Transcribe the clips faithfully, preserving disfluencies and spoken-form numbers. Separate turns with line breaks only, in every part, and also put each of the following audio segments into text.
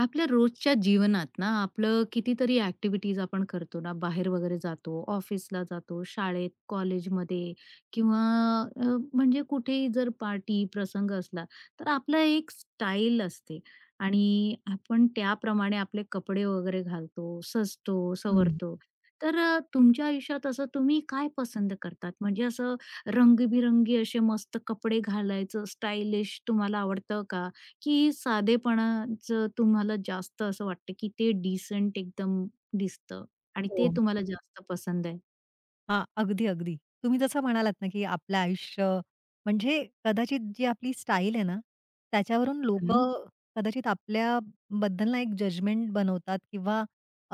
आपल्या रोजच्या जीवनात ना आपलं कितीतरी ॲक्टिव्हिटीज आपण करतो ना, बाहेर वगैरे जातो, ऑफिसला जातो, शाळेत, कॉलेजमध्ये किंवा अ, म्हणजे कुठेही जर पार्टी, प्रसंग असला, तर आपलं एक स्टाईल असते आणि आपण त्याप्रमाणे आपले कपडे वगैरे घालतो, सजतो,
हं,
सवरतो. तर अ, तुमच्या आयुष्यात असं तुम्ही काय पसंत करतात? म्हणजे असं रंगीबिरंगी असे मस्त कपडे घालायचं, स्टायलिश तुम्हाला आवडतं का? की साधेपणाचं तुम्हाला जास्त असं वाटतं, की ते डिसेंट एकदम दिसतं आणि ते
हो.
तुम्हाला जास्त पसंद आहे?
हां, अगदी, अगदी. तुम्ही जसं म्हणालात ना, की आपलं आयुष्य म्हणजे कदाचित जी आपली स्टाईल आहे ना, त्याच्यावरून
हं,
लोकं कदाचित आपल्याबद्दल ना एक जजमेंट बनवतात किंवा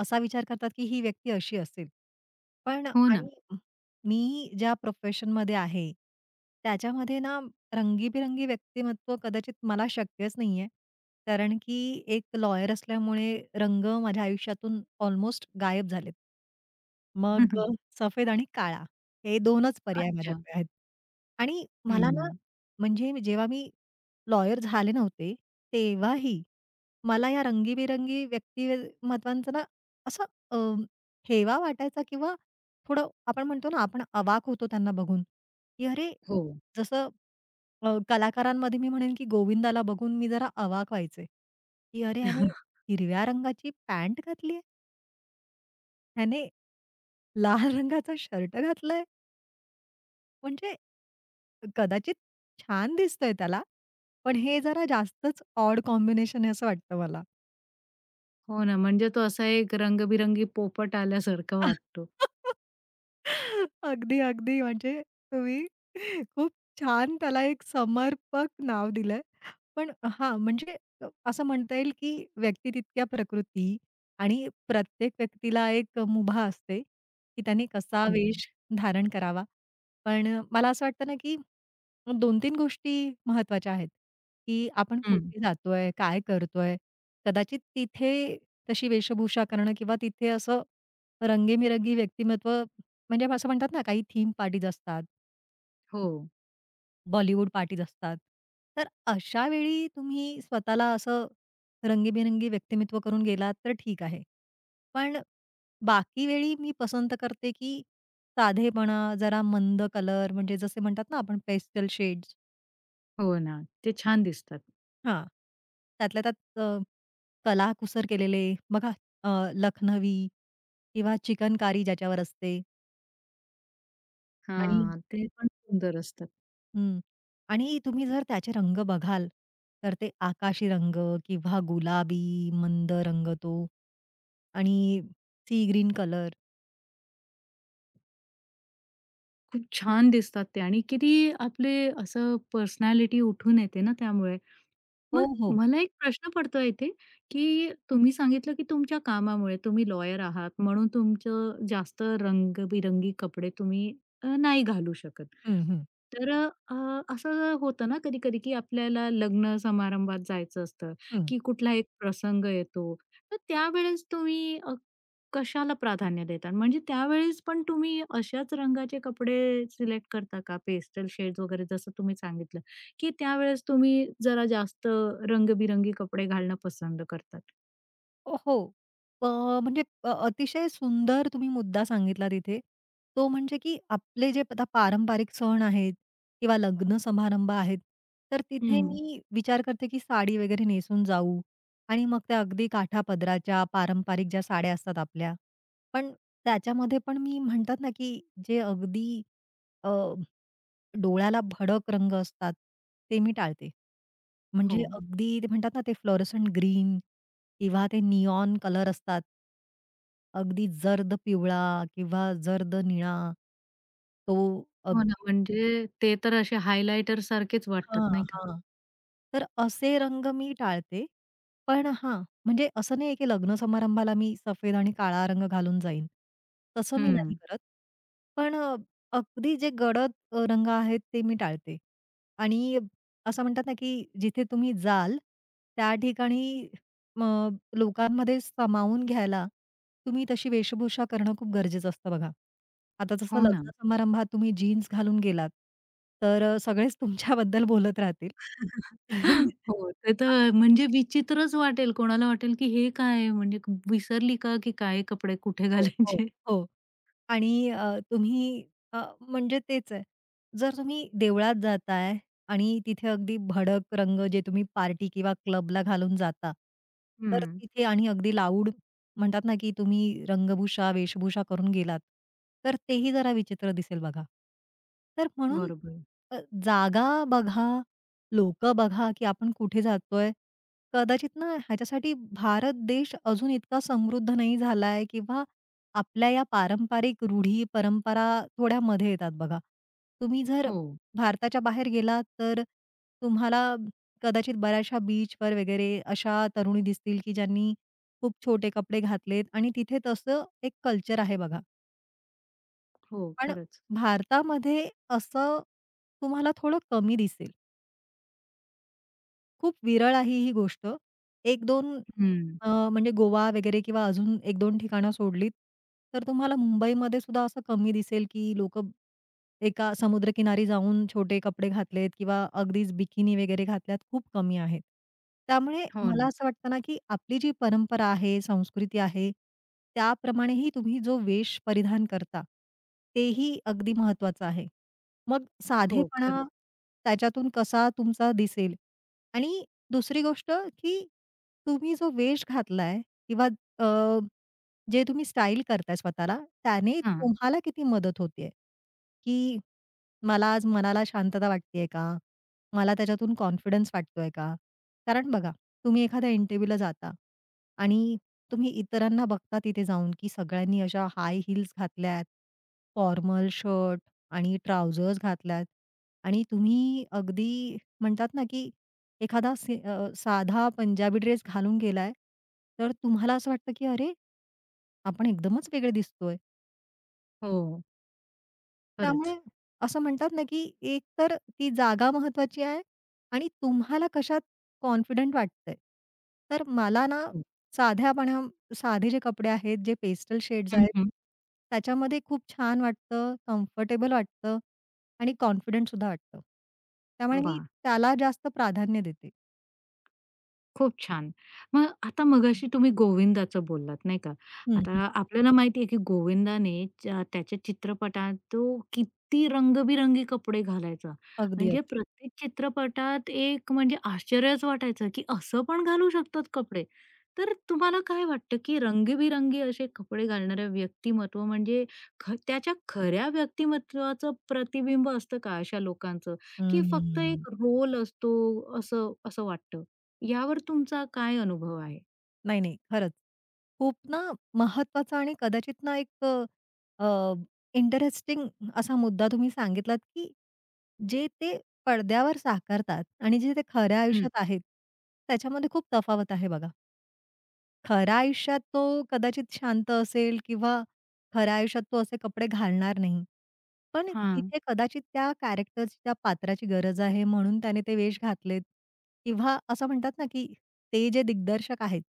असा विचार करतात, की ही व्यक्ती अशी असेल. पण
हो ना.
आणि मी ज्या प्रोफेशनमध्ये आहे, त्याच्यामध्ये ना रंगीबेरंगी व्यक्तिमत्व कदाचित मला शक्यच नाहीये. कारण की एक लॉयर असल्यामुळे रंग माझ्या आयुष्यातून ऑलमोस्ट गायब झालेत. मग अ, सफेद आणि काळा हे दोनच पर्याय
अच्छा.
माझ्याकडे आहेत. आणि मला ना
हं.
म्हणजे जेव्हा मी लॉयर झाले नव्हते, तेव्हाही मला या रंगीबेरंगी व्यक्तिमत्वांचा ना असा अ, हेवा वाटायचा किंवा थोडं आपण म्हणतो ना, आपण अवाक होतो त्यांना बघून, की अरे
हो.
जसं अ, कलाकारांमध्ये मी म्हणेन की गोविंदाला बघून मी जरा अवाक व्हायचे, की अरे ह्याने हिरव्या रंगाची पॅन्ट घातली ह्याने लाल रंगाचा शर्ट घातलाय, म्हणजे कदाचित छान दिसतोय त्याला, पण हे जरा जास्तच ऑड कॉम्बिनेशन आहे असं वाटतं मला.
हो ना, म्हणजे तो असा एक रंगबिरंगी पोपट आल्यासारखा वाटतो.
अगदी, अगदी. म्हणजे तुम्ही खूप छान त्याला एक समर्पक नाव दिलंय. पण हां, म्हणजे अ, असं म्हणता येईल, की व्यक्ती तितक्या प्रकृती आणि प्रत्येक व्यक्तीला एक मुभा असते, की त्याने कसा
हो ना.
वेश धारण करावा. पण अ, मला असं वाटतं ना, की दोन-तीन गोष्टी महत्त्वाच्या आहेत, की आपण
हं.
कुठे जातोय, काय करतोय? कदाचित तिथे तशी वेशभूषा करणं किंवा तिथे असं रंगीबेरंगी व्यक्तिमत्व म्हणजे असं म्हणतात ना, काही थीम पार्टीज असतात.
हो,
बॉलिवूड पार्टीज असतात. तर अशा वेळी तुम्ही स्वतःला असं रंगीबेरंगी व्यक्तिमत्व करून गेलात तर ठीक आहे. पण बाकी वेळी मी पसंत करते, की साधेपणा, जरा मंद कलर म्हणजे जसे म्हणतात ना आपण पेस्टल शेड्स
हो ना. ते छान दिसतात.
हां. त्यातल्या त्यात अ, कलाकुसर केलेले बघा अ, लखनवी किंवा चिकनकारी ज्याच्यावर असते आणि
हां, ते पण सुंदर असतात.
हं. आणि तुम्ही जर त्याचे रंग बघाल, तर ते आकाशी रंग किंवा गुलाबी मंद रंग तो आणि सी ग्रीन कलर.
खूप छान दिसतात ते आणि किती आपले असं पर्सनॅलिटी उठून येते ना त्यामुळे. मग
हो, हो.
मला एक प्रश्न पडतोय इथे, की तुम्ही सांगितलं की तुमच्या कामामुळे तुम्ही लॉयर आहात म्हणून तुमचं जास्त रंगबिरंगी कपडे तुम्ही अ, नाही घालू शकत.
हं, हं,
तर अ, असं होतं ना कधी-कधी की आपल्याला लग्न समारंभात जायचं असतं,
हं.
की कुठला एक प्रसंग येतो. तर त्यावेळेस तुम्ही अ, कशाला प्राधान्य देता? म्हणजे त्यावेळेस पण तुम्ही अशाच रंगाचे कपडे सिलेक्ट करता का? पेस्टल शेड्स वगैरे जसं तुम्ही सांगितलं. की त्यावेळेस तुम्ही जरा जास्त रंगबिरंगी कपडे घालणं पसंत करतात.
हो. अ, म्हणजे अ, अतिशय सुंदर तुम्ही मुद्दा सांगितला तिथे. तो म्हणजे की आपले जे आता पारंपरिक सण आहेत किंवा लग्न समारंभ आहेत, तर तिथे
हं,
मी विचार करते की साडी वगैरे नेसून जाऊ आणि मग त्या अगदी काठा पदराच्या पारंपरिक ज्या साड्या असतात आपल्या, पण त्याच्यामध्ये पण मी म्हणतात ना, की जे अगदी डोळ्याला भडक रंग असतात, ते मी टाळते. म्हणजे
हो.
अगदी ते म्हणतात ना, ते फ्लोरोसंट ग्रीन किंवा ते निऑन कलर असतात. अगदी जर्द पिवळा किंवा जर्द निळा. तो
हो
अग
ना. म्हणजे ते तर असे हायलाइटर सारखेच वाटतात
हां,
नाही का?
हां. तर असे रंग मी टाळते पण हां, म्हणजे असं नाहीये की लग्न समारंभाला मी सफेद आणि काळा रंग घालून जाईन. तसं मी नाही
हं.
करत. पण अ, अगदी जे गडद अ, रंग आहेत ते मी टाळते. आणि असं म्हणतात ना की जिथे तुम्ही जाल त्या ठिकाणी म लोकांमध्ये सामावून घ्यायला तुम्ही तशी वेशभूषा करणं खूप गरजेचं असतं बघा. आता जसं
हो ना.
लग्न समारंभात तुम्ही जीन्स घालून गेलात, तर अ, सगळेच तुमच्याबद्दल बोलत राहतील.
हो, ते तर म्हणजे विचित्रच वाटेल. कोणाला वाटेल की हे काय आहे? म्हणजे क- विसरली का की काय कपडे कुठे
हो, हो,
घालायचे?
हो. आणि अ, तुम्ही अ, म्हणजे तेच आहे. जर तुम्ही देवळात जाताय आणि तिथे अगदी भडक रंग जे तुम्ही पार्टी किंवा क्लबला घालून जाता, तर
हं,
तिथे आणि अगदी लाऊड म्हणतात ना, की तुम्ही रंगभूषा, वेशभूषा करून गेलात, तर तेही जरा विचित्र दिसेल बघा. तर म्हणून
बरोबर.
अ, जागा बघा, लोकं बघा, की आपण कुठे जातोय. कदाचित ना, ह्याच्यासाठी भारत देश अजून इतका समृद्ध नाही झालाय किंवा आपल्या या पारंपरिक रूढी, परंपरा थोड्या मध्ये येतात बघा. तुम्ही जर
हो,
भारताच्या बाहेर गेलात, तर तुम्हाला कदाचित बऱ्याचशा बीचवर वगैरे अशा तरुणी दिसतील, की ज्यांनी खूप छोटे कपडे घातलेत आणि तिथे तसं एक कल्चर आहे बघा.
हो,
पण
खरंच.
भारतामध्ये असं तुम्हाला थोडं कमी दिसेल. खूप विरळ आहे ही गोष्ट. एक-दोन
हं,
अ, म्हणजे गोवा वगैरे किंवा अजून एक दोन ठिकाणं सोडलीत, तर तुम्हाला मुंबईमध्ये सुद्धा असं कमी दिसेल, की लोकं एका समुद्रकिनारी जाऊन छोटे कपडे घातलेत किंवा अगदीच बिकिनी वगैरे घातल्यात, खूप कमी आहेत. त्यामुळे
हो
मला
ना.
असं वाटतं ना, की आपली जी परंपरा आहे, संस्कृती आहे, त्याप्रमाणेही तुम्ही जो वेश परिधान करता, तेही अगदी महत्त्वाचं आहे. मग
हो,
साधेपणा
खरं.
त्याच्यातून कसा तुमचा दिसेल आणि दुसरी गोष्ट, की तुम्ही जो वेश घातलाय किंवा अ, जे तुम्ही स्टाईल करताय स्वतःला, त्याने
हां.
तुम्हाला किती मदत होतेय, की मला आज मनाला शांतता वाटतेय का? मला त्याच्यातून कॉन्फिडन्स वाटतोय का? कारण बघा, तुम्ही एखाद्या इंटरव्ह्यूला जाता आणि तुम्ही इतरांना बघता तिथे जाऊन, की सगळ्यांनी अशा हाय हील्स घातल्यात, फॉर्मल शर्ट आणि ट्राउझर्स घातल्यात आणि तुम्ही अगदी म्हणतात ना, की एखादा से अ, साधा पंजाबी ड्रेस घालून गेलाय, तर तुम्हाला असं वाटतं, की "अरे, आपण एकदमच वेगळे दिसतोय."
हो,
त्यामुळे
खरंच.
असं म्हणतात ना, की एक तर ती जागा महत्वाची आहे आणि तुम्हाला कशात कॉन्फिडंट वाटतंय. तर मला ना
हो.
साध्यापणा साधे जे कपडे आहेत, जे पेस्टल शेड्स
हं,
आहेत,
हं.
त्याच्यामध्ये खूप छान वाटतं, कम्फर्टेबल वाटतं आणि कॉन्फिडंट सुद्धा वाटतं. त्यामुळे मी
वाह!
त्याला जास्त प्राधान्य देते.
खूप छान. मग आता मगाशी तुम्ही गोविंदाचं बोललात, नाही का?
हं, हं.
आता आपल्याला माहिती आहे, की गोविंदाने ज्या त्याच्या चित्रपटात तो किती रंगबिरंगी कपडे घालायचा.
अगदी,
म्हणजे
अगदी.
प्रत्येक चित्रपटात एक म्हणजे आश्चर्यच वाटायचं, की असं पण घालू शकतात कपडे. तर तुम्हाला काय वाटतं, की रंगीबिरंगी असे कपडे घालणारं व्यक्तिमत्व म्हणजे ख त्याच्या खऱ्या व्यक्तिमत्वाचं प्रतिबिंब असतं का अशा लोकांचं,
हं,
की
हं,
फक्त
हं.
एक रोल असतो असं असं वाटतं? यावर तुमचा काय अनुभव आहे?
नाही, नाही. खरंच. खूप ना महत्वाचा आणि कदाचित ना एक अ, अ, इंटरेस्टिंग असा मुद्दा तुम्ही सांगितलात, की जे ते पडद्यावर साकारतात आणि जे ते खऱ्या
हं.
आयुष्यात आहेत, त्याच्यामध्ये खूप तफावत आहे बघा. खऱ्या आयुष्यात तो कदाचित शांत असेल किंवा खऱ्या आयुष्यात तो असे कपडे घालणार नाही. पण
हां,
तिथे कदाचित त्या कॅरेक्टरची, त्या पात्राची गरज आहे म्हणून त्याने ते वेश घातलेत किंवा असं म्हणतात ना, की ते जे दिग्दर्शक आहेत,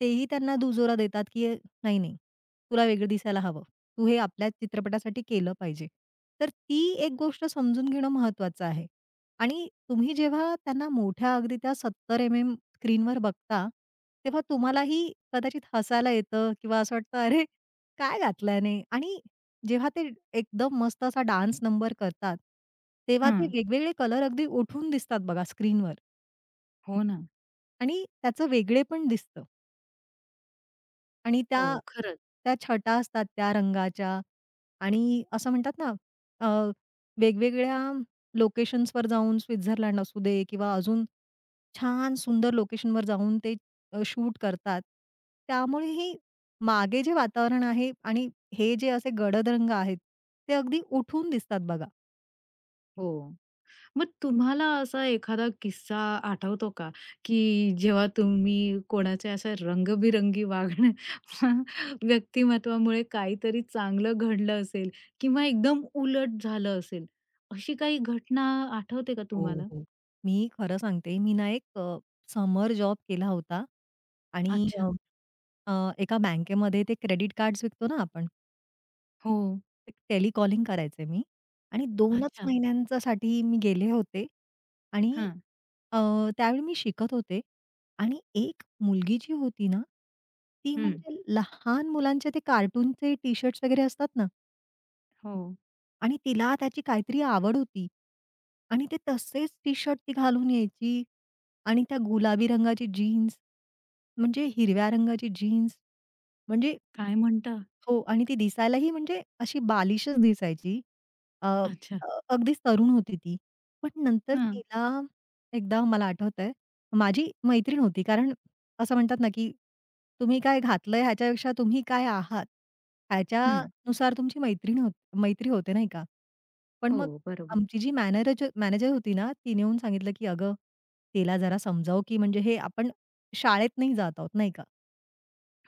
तेही त्यांना दुजोरा देतात, की "नाही, नाही, तुला वेगळं दिसायला हवं. तू हे आपल्या चित्रपटासाठी केलं पाहिजे." तर ती एक गोष्ट समजून घेणं महत्त्वाचं आहे आणि तुम्ही जेव्हा त्यांना मोठ्या अगदी त्या सत्तर एम स्क्रीनवर बघता, तेव्हा तुम्हालाही कदाचित हसायला येतं किंवा असं वाटतं, "अरे, काय घातलं याने?" आणि जेव्हा ते एकदम मस्त असा डान्स नंबर करतात, तेव्हा ते
हां.
वेगवेगळे कलर अगदी उठून दिसतात बघा स्क्रीनवर
हो ना.
आणि त्याचं वेगळेपण दिसतं. आणि
हो,
त्या
खरंच.
त्या छटा असतात त्या रंगाच्या आणि असं म्हणतात ना, अ, वेगवेगळ्या लोकेशन्सवर जाऊन स्वित्झर्लंड असू दे किंवा अजून छान सुंदर लोकेशनवर जाऊन ते अ, शूट करतात. त्यामुळेही मागे जे वातावरण आहे आणि हे जे असे गडद रंग आहेत, ते अगदी उठून दिसतात बघा.
हो. मग तुम्हाला असा एखादा किस्सा आठवतो का, की जेव्हा तुम्ही कोणाच्या अशा रंगबिरंगी वागण्या व्यक्तिमत्वामुळे काहीतरी चांगलं घडलं असेल किंवा एकदम उलट झालं असेल, अशी काही घटना आठवते का
हो,
तुम्हाला?
हो. मी खरं सांगते, मी ना एक समर जॉब केला होता आणि
अच्छा.
अ, अ, एका बँकेमध्ये ते क्रेडिट कार्ड्स विकतो ना आपण.
हो.
एक टेलिकॉलिंग करायचे मी आणि दोनच
अच्छा.
महिन्यांच्यासाठी मी गेले होते आणि
हां.
अ, त्यावेळी मी शिकत होते आणि एक मुलगी जी होती ना, ती
हं.
म्हणजे लहान मुलांचे ते कार्टूनचे टी-शर्ट्स वगैरे असतात ना
हो.
आणि तिला त्याची काहीतरी आवड होती आणि ते तसेच टी-शर्ट ती घालून यायची आणि त्या गुलाबी रंगाची जीन्स, म्हणजे हिरव्या रंगाची जीन्स, म्हणजे
काय म्हणता?
हो आणि ती दिसायलाही म्हणजे अशी बालिशच दिसायची. अ,
अच्छा.
अ, अगदीच तरुण होती ती. पण नंतर
हां.
तिला एकदा मला आठवतंय, माझी मैत्रीण होती. कारण असं म्हणतात ना, की तुम्ही काय घातलंय ह्याच्यापेक्षा तुम्ही काय आहात,
हं.
ह्याच्यानुसार तुमची मैत्रीण होत मैत्री होते नाही का? पण मग
हो, बरोबर.
आमची जी मॅनरज मॅनेजर होती ना, तिने येऊन सांगितलं, की "अगं, तिला जरा समजाव, की म्हणजे हे आपण शाळेत नाही जात आहोत नाही का?"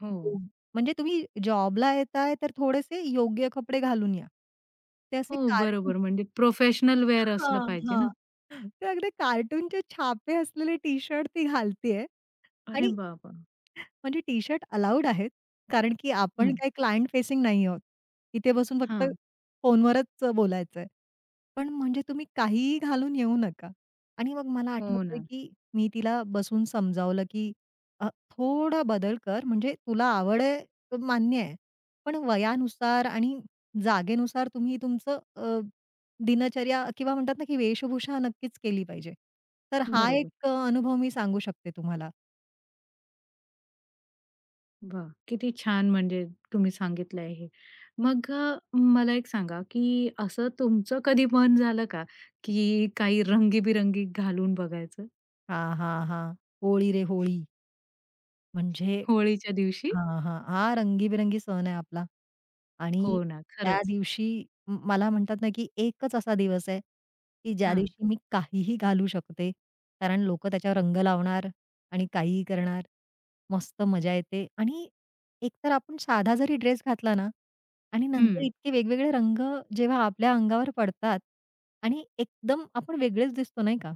हो.
हो. म्हणजे तुम्ही जॉबला येताय, तर थोडेसे योग्य कपडे घालून या. ते असे
हो,
कार्टून
बरोबर. म्हणजे प्रोफेशनल वेअर
हां,
असलं पाहिजे
हां.
ना.
ते अगदी कार्टूनचे छापे असलेले टी-शर्ट ती घालतीये
अरे
आणि
बाबा, वाह!
म्हणजे टी-शर्ट अलाउड आहेत. कारण की आपण
हं,
काही क्लायंट फेसिंग नाही आहोत. तिथे बसून फक्त
हां.
फोनवरच बोलायचंय. पण म्हणजे तुम्ही काहीही घालून येऊ नका. आणि मग मला
हो
आठवतंय
ना.
की मी तिला बसून समजावलं की अ, थोडा बदल कर म्हणजे तुला आवड आहे तर मान्य आहे. पण वयानुसार आणि जागेनुसार तुम्ही तुमचं अ, दिनचर्या किंवा म्हणतात ना की वेशभूषा नक्कीच केली पाहिजे. तर हा
बरोबर.
एक अ, अनुभव मी सांगू शकते तुम्हाला.
वाह! किती छान म्हणजे तुम्ही सांगितलंय हे. मग अ, मला एक सांगा, की असं तुमचं कधी मन झालं का, की काही रंगीबिरंगी घालून बघायचं
हां, हां, हां. होळी रे होळी म्हणजे
होळीच्या दिवशी?
हां, हां. हा रंगीबेरंगी सण आहे आपला
हो.
आणि
हो ना,
त्या
खरंच.
दिवशी म मला म्हणतात ना, की एकच असा दिवस आहे, की ज्या
हां.
दिवशी मी काहीही घालू शकते. कारण लोकं त्याच्यावर रंग लावणार आणि काहीही करणार. मस्त मजा येते आणि एकतर आपण साधा जरी ड्रेस घातला ना आणि नंतर
हं.
इतके वेगवेगळे रंग जेव्हा आपल्या अंगावर पडतात आणि एकदम आपण वेगळेच दिसतो नाही का?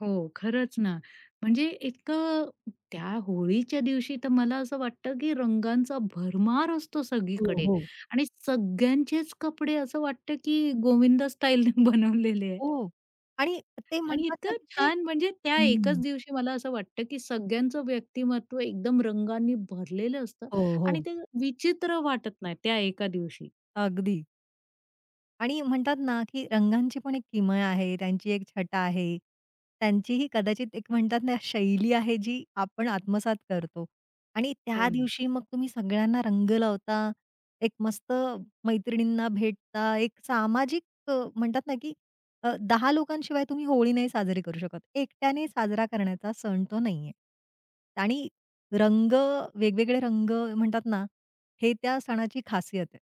हो, खरंच ना. म्हणजे इतकं त्या होळीच्या दिवशी तर मला असं वाटतं, की रंगांचा भरमार असतो
हो,
सगळीकडे
हो.
आणि सगळ्यांचेच कपडे असं वाटतं, की गोविंदा स्टाईलने बनवलेले आहे
हो आणि ते
आणि
म्हणतात ना,
इतकं
की ते
छान म्हणजे त्या एकाच
हं.
दिवशी मला असं वाटतं, की सगळ्यांचं व्यक्तिमत्व एकदम रंगांनी भरलेलं असतं
हो,
आणि
हो.
ते विचित्र वाटत नाही त्या एका दिवशी.
अगदी. आणि म्हणतात ना, की रंगांची पण एक किमया आहे, त्यांची एक छटा आहे. त्यांचीही कदाचित एक म्हणतात ना, शैली आहे जी आपण आत्मसात करतो आणि त्या
हो ना.
दिवशी मग तुम्ही सगळ्यांना रंग लावता, एक मस्त मैत्रिणींना भेटता, एक सामाजिक अ, म्हणतात ना, की अ, दहा लोकांशिवाय तुम्ही होळी नाही साजरी करू शकत. एकट्याने साजरा करण्याचा सण तो नाहीये. आणि रंग, वेगवेगळे रंग म्हणतात ना, हे त्या सणाची खासियत आहे.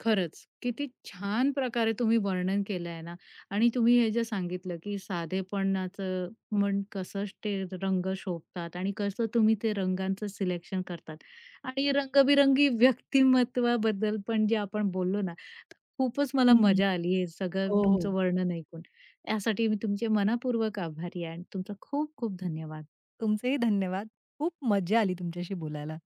खरंच. किती छान प्रकारे तुम्ही वर्णन केलं आहे ना आणि तुम्ही हे जे सांगितलं, की साधेपणाचं मन कसं ते रंग शोभतात आणि कसं तुम्ही ते रंगांचं सिलेक्शन करतात आणि रंगबिरंगी व्यक्तिमत्वाबद्दल पण जे आपण बोललो ना, तर खूपच मला
हं.
मजा आली हे सगळं
हो, हो.
तुमचं वर्णन ऐकून. यासाठी मी तुमचे मनःपूर्वक आभारी आहे आणि तुमचा खूप खूप धन्यवाद.
तुमचेही धन्यवाद. खूप मजा आली तुमच्याशी बोलायला.